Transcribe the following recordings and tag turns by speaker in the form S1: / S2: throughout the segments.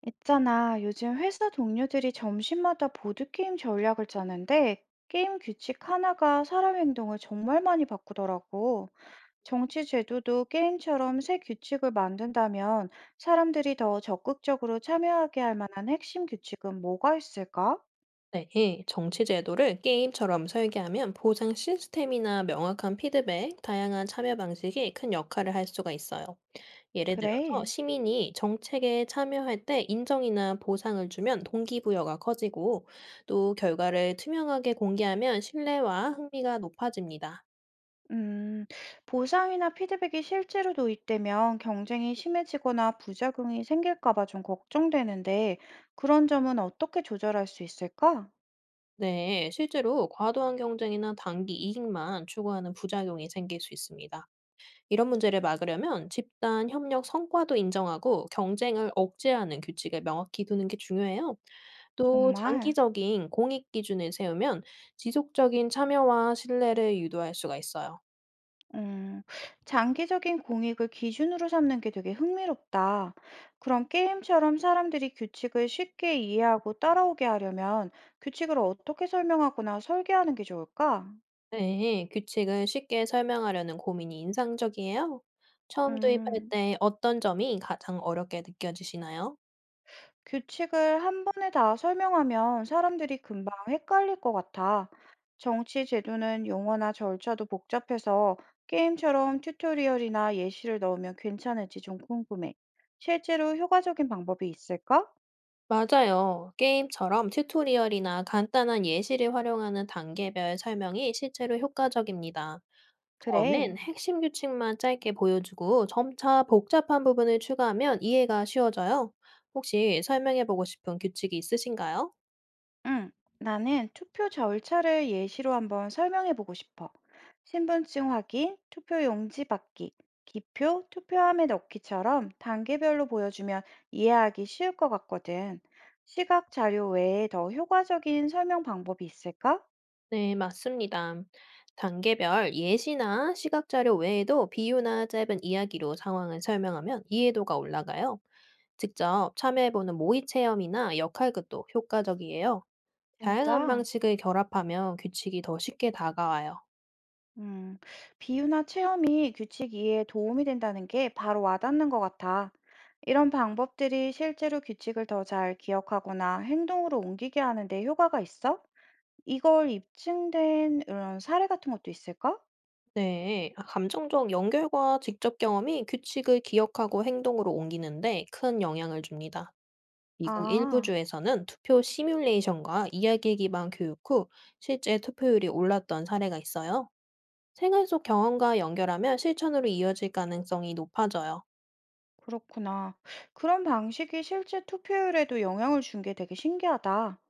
S1: 있잖아, 요즘 회사 동료들이 점심마다 보드게임 전략을 짜는데 게임 규칙 하나가 사람 행동을 정말 많이 바꾸더라고. 정치 제도도 게임처럼 새 규칙을 만든다면 사람들이 더 적극적으로 참여하게 할 만한 핵심 규칙은 뭐가 있을까?
S2: 네, 예. 정치 제도를 게임처럼 설계하면 보상 시스템이나 명확한 피드백, 다양한 참여 방식이 큰 역할을 할 수가 있어요. 예를 들어서
S1: 그래.
S2: 시민이 정책에 참여할 때 인정이나 보상을 주면 동기부여가 커지고 또 결과를 투명하게 공개하면 신뢰와 흥미가 높아집니다.
S1: 음, 보상이나 피드백이 실제로 도입되면 경쟁이 심해지거나 부작용이 생길까 봐 좀 걱정되는데 그런 점은 어떻게 조절할 수 있을까?
S2: 네, 실제로 과도한 경쟁이나 단기 이익만 추구하는 부작용이 생길 수 있습니다. 이런 문제를 막으려면 집단 협력 성과도 인정하고 경쟁을 억제하는 규칙을 명확히 두는 게 중요해요. 또
S1: 정말.
S2: 장기적인 공익 기준을 세우면 지속적인 참여와 신뢰를 유도할 수가 있어요.
S1: 음, 장기적인 공익을 기준으로 삼는 게 되게 흥미롭다. 그럼 게임처럼 사람들이 규칙을 쉽게 이해하고 따라오게 하려면 규칙을 어떻게 설명하거나 설계하는 게 좋을까?
S2: 네, 규칙을 쉽게 설명하려는 고민이 인상적이에요. 처음 도입할
S1: 음,
S2: 때 어떤 점이 가장 어렵게 느껴지시나요?
S1: 규칙을 한 번에 다 설명하면 사람들이 금방 헷갈릴 것 같아. 정치 제도는 용어나 절차도 복잡해서 게임처럼 튜토리얼이나 예시를 넣으면 괜찮을지 좀 궁금해. 실제로 효과적인 방법이 있을까?
S2: 맞아요. 게임처럼 튜토리얼이나 간단한 예시를 활용하는 단계별 설명이 실제로 효과적입니다. 처음엔
S1: 그래.
S2: 핵심 규칙만 짧게 보여주고 점차 복잡한 부분을 추가하면 이해가 쉬워져요. 혹시 설명해 보고 싶은 규칙이 있으신가요?
S1: 응, 나는 투표 절차를 예시로 한번 설명해 보고 싶어. 신분증 확인, 투표 용지 받기, 기표, 투표함에 넣기처럼 단계별로 보여주면 이해하기 쉬울 것 같거든. 시각 자료 외에 더 효과적인 설명 방법이 있을까?
S2: 네, 맞습니다. 단계별 예시나 시각 자료 외에도 비유나 짧은 이야기로 상황을 설명하면 이해도가 올라가요. 직접 참여해보는 모의 체험이나 역할극도 효과적이에요. 다양한
S1: 진짜?
S2: 방식을 결합하면 규칙이 더 쉽게 다가와요.
S1: 음, 비유나 체험이 규칙 이해에 도움이 된다는 게 바로 와닿는 것 같아. 이런 방법들이 실제로 규칙을 더 잘 기억하거나 행동으로 옮기게 하는 데 효과가 있어? 이걸 입증된 이런 사례 같은 것도 있을까?
S2: 네, 감정적 연결과 직접 경험이 규칙을 기억하고 행동으로 옮기는데 큰 영향을 줍니다. 미국 일부
S1: 아,
S2: 주에서는 투표 시뮬레이션과 이야기 기반 교육 후 실제 투표율이 올랐던 사례가 있어요. 생활 속 경험과 연결하면 실천으로 이어질 가능성이 높아져요.
S1: 그렇구나. 그런 방식이 실제 투표율에도 영향을 준 게 되게 신기하다.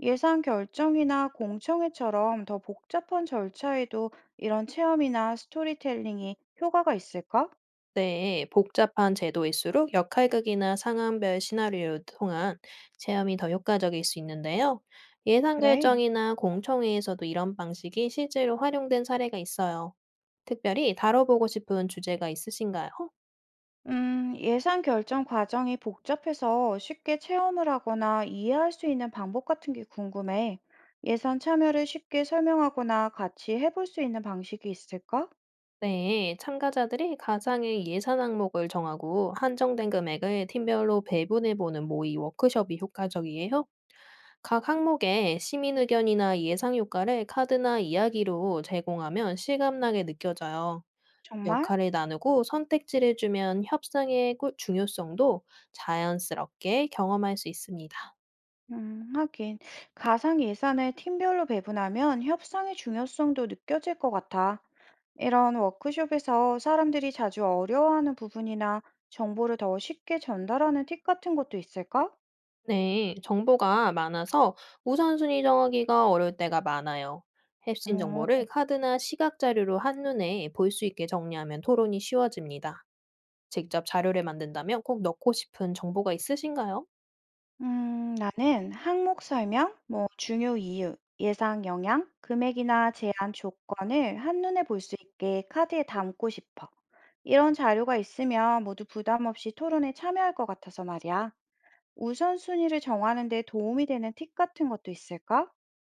S1: 예산 결정이나 공청회처럼 더 복잡한 절차에도 이런 체험이나 스토리텔링이 효과가 있을까?
S2: 네, 복잡한 제도일수록 역할극이나 상황별 시나리오를 통한 체험이 더 효과적일 수 있는데요. 예산
S1: 그래.
S2: 결정이나 공청회에서도 이런 방식이 실제로 활용된 사례가 있어요. 특별히 다뤄보고 싶은 주제가 있으신가요?
S1: 예산 결정 과정이 복잡해서 쉽게 체험을 하거나 이해할 수 있는 방법 같은 게 궁금해. 예산 참여를 쉽게 설명하거나 같이 해볼 수 있는 방식이 있을까?
S2: 네, 참가자들이 가상의 예산 항목을 정하고 한정된 금액을 팀별로 배분해보는 모의 워크숍이 효과적이에요. 각 항목에 시민 의견이나 예상 효과를 카드나 이야기로 제공하면 실감나게 느껴져요.
S1: 정말?
S2: 역할을 나누고 선택지를 주면 중요성도 자연스럽게 경험할 수 있습니다.
S1: 하긴. 가상 예산을 팀별로 배분하면 협상의 중요성도 느껴질 것 같아. 이런 워크숍에서 사람들이 자주 어려워하는 부분이나 정보를 더 쉽게 전달하는 팁 같은 것도 있을까?
S2: 네, 정보가 많아서 우선순위 정하기가 어려울 때가 많아요. 핵심
S1: 어,
S2: 정보를 카드나 시각 자료로 한눈에 볼 수 있게 정리하면 토론이 쉬워집니다. 직접 자료를 만든다면 꼭 넣고 싶은 정보가 있으신가요?
S1: 나는 항목 설명, 뭐 중요 이유, 예상 영향, 금액이나 제한 조건을 한눈에 볼 수 있게 카드에 담고 싶어. 이런 자료가 있으면 모두 부담 없이 토론에 참여할 것 같아서 말이야. 우선순위를 정하는 데 도움이 되는 팁 같은 것도 있을까?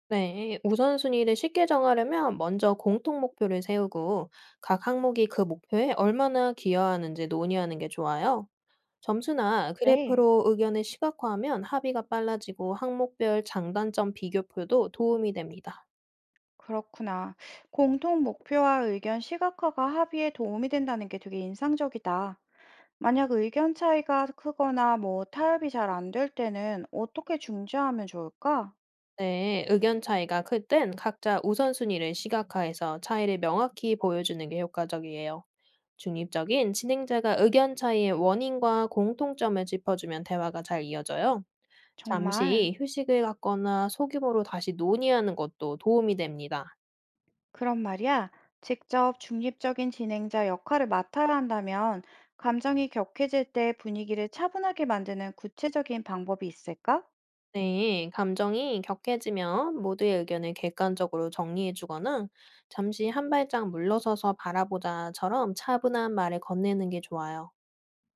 S2: 네, 우선순위를 쉽게 정하려면 먼저 공통 목표를 세우고 각 항목이 그 목표에 얼마나 기여하는지 논의하는 게 좋아요. 점수나
S1: 그래,
S2: 그래프로 의견을 시각화하면 합의가 빨라지고 항목별 장단점 비교표도 도움이 됩니다.
S1: 그렇구나. 공통 목표와 의견 시각화가 합의에 도움이 된다는 게 되게 인상적이다. 만약 의견 차이가 크거나 뭐 타협이 잘 안될 때는 어떻게 중재하면 좋을까?
S2: 네, 의견 차이가 클 땐 각자 우선순위를 시각화해서 차이를 명확히 보여주는 게 효과적이에요. 중립적인 진행자가 의견 차이의 원인과 공통점을 짚어주면 대화가 잘 이어져요.
S1: 정말
S2: 잠시 휴식을 갖거나 소규모로 다시 논의하는 것도 도움이 됩니다.
S1: 그런 말이야. 직접 중립적인 진행자 역할을 맡아야 한다면 감정이 격해질 때 분위기를 차분하게 만드는 구체적인 방법이 있을까?
S2: 네, 감정이 격해지면 모두의 의견을 객관적으로 정리해주거나 잠시 한 발짝 물러서서 바라보자처럼 차분한 말을 건네는 게 좋아요.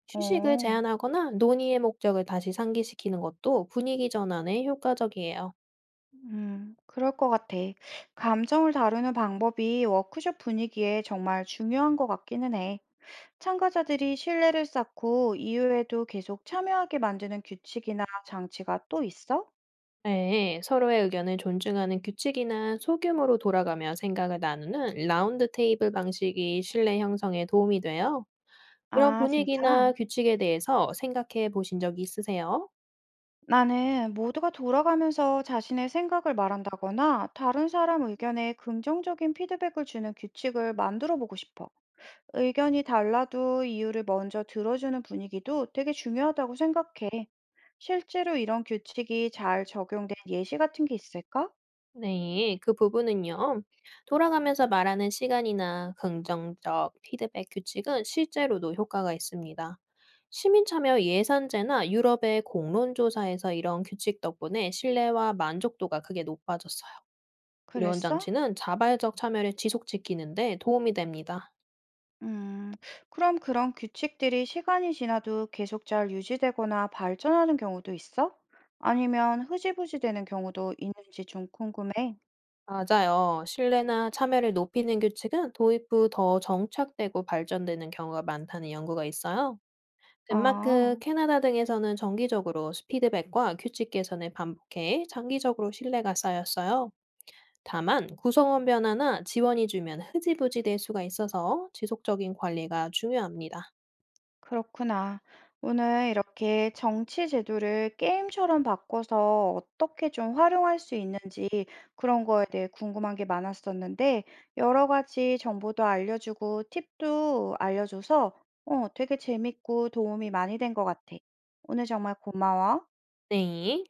S2: 휴식을
S1: 어,
S2: 제한하거나 논의의 목적을 다시 상기시키는 것도 분위기 전환에 효과적이에요.
S1: 그럴 것 같아. 감정을 다루는 방법이 워크숍 분위기에 정말 중요한 것 같기는 해. 참가자들이 신뢰를 쌓고 이후에도 계속 참여하게 만드는 규칙이나 장치가 또 있어?
S2: 네, 서로의 의견을 존중하는 규칙이나 소규모로 돌아가며 생각을 나누는 라운드 테이블 방식이 신뢰 형성에 도움이 돼요. 이런
S1: 아,
S2: 분위기나
S1: 진짜?
S2: 규칙에 대해서 생각해 보신 적이 있으세요?
S1: 나는 모두가 돌아가면서 자신의 생각을 말한다거나 다른 사람 의견에 긍정적인 피드백을 주는 규칙을 만들어 보고 싶어. 의견이 달라도 이유를 먼저 들어주는 분위기도 되게 중요하다고 생각해. 실제로 이런 규칙이 잘 적용된 예시 같은 게 있을까?
S2: 네, 그 부분은요. 돌아가면서 말하는 시간이나 긍정적 피드백 규칙은 실제로도 효과가 있습니다. 시민참여 예산제나 유럽의 공론조사에서 이런 규칙 덕분에 신뢰와 만족도가 크게 높아졌어요. 이런
S1: 그랬어?
S2: 장치는 자발적 참여를 지속 지키는데 도움이 됩니다.
S1: 음, 그럼 그런 규칙들이 시간이 지나도 계속 잘 유지되거나 발전하는 경우도 있어? 아니면 흐지부지 되는 경우도 있는지 좀 궁금해.
S2: 맞아요. 신뢰나 참여를 높이는 규칙은 도입 후 더 정착되고 발전되는 경우가 많다는 연구가 있어요. 덴마크,
S1: 아,
S2: 캐나다 등에서는 정기적으로 피드백과 규칙 개선을 반복해 장기적으로 신뢰가 쌓였어요. 다만 구성원 변화나 지원이 주면 흐지부지 될 수가 있어서 지속적인 관리가 중요합니다.
S1: 그렇구나. 오늘 이렇게 정치 제도를 게임처럼 바꿔서 어떻게 좀 활용할 수 있는지 그런 거에 대해 궁금한 게 많았었는데, 여러 가지 정보도 알려주고 팁도 알려줘서 어, 되게 재밌고 도움이 많이 된 것 같아. 오늘 정말 고마워.
S2: 네.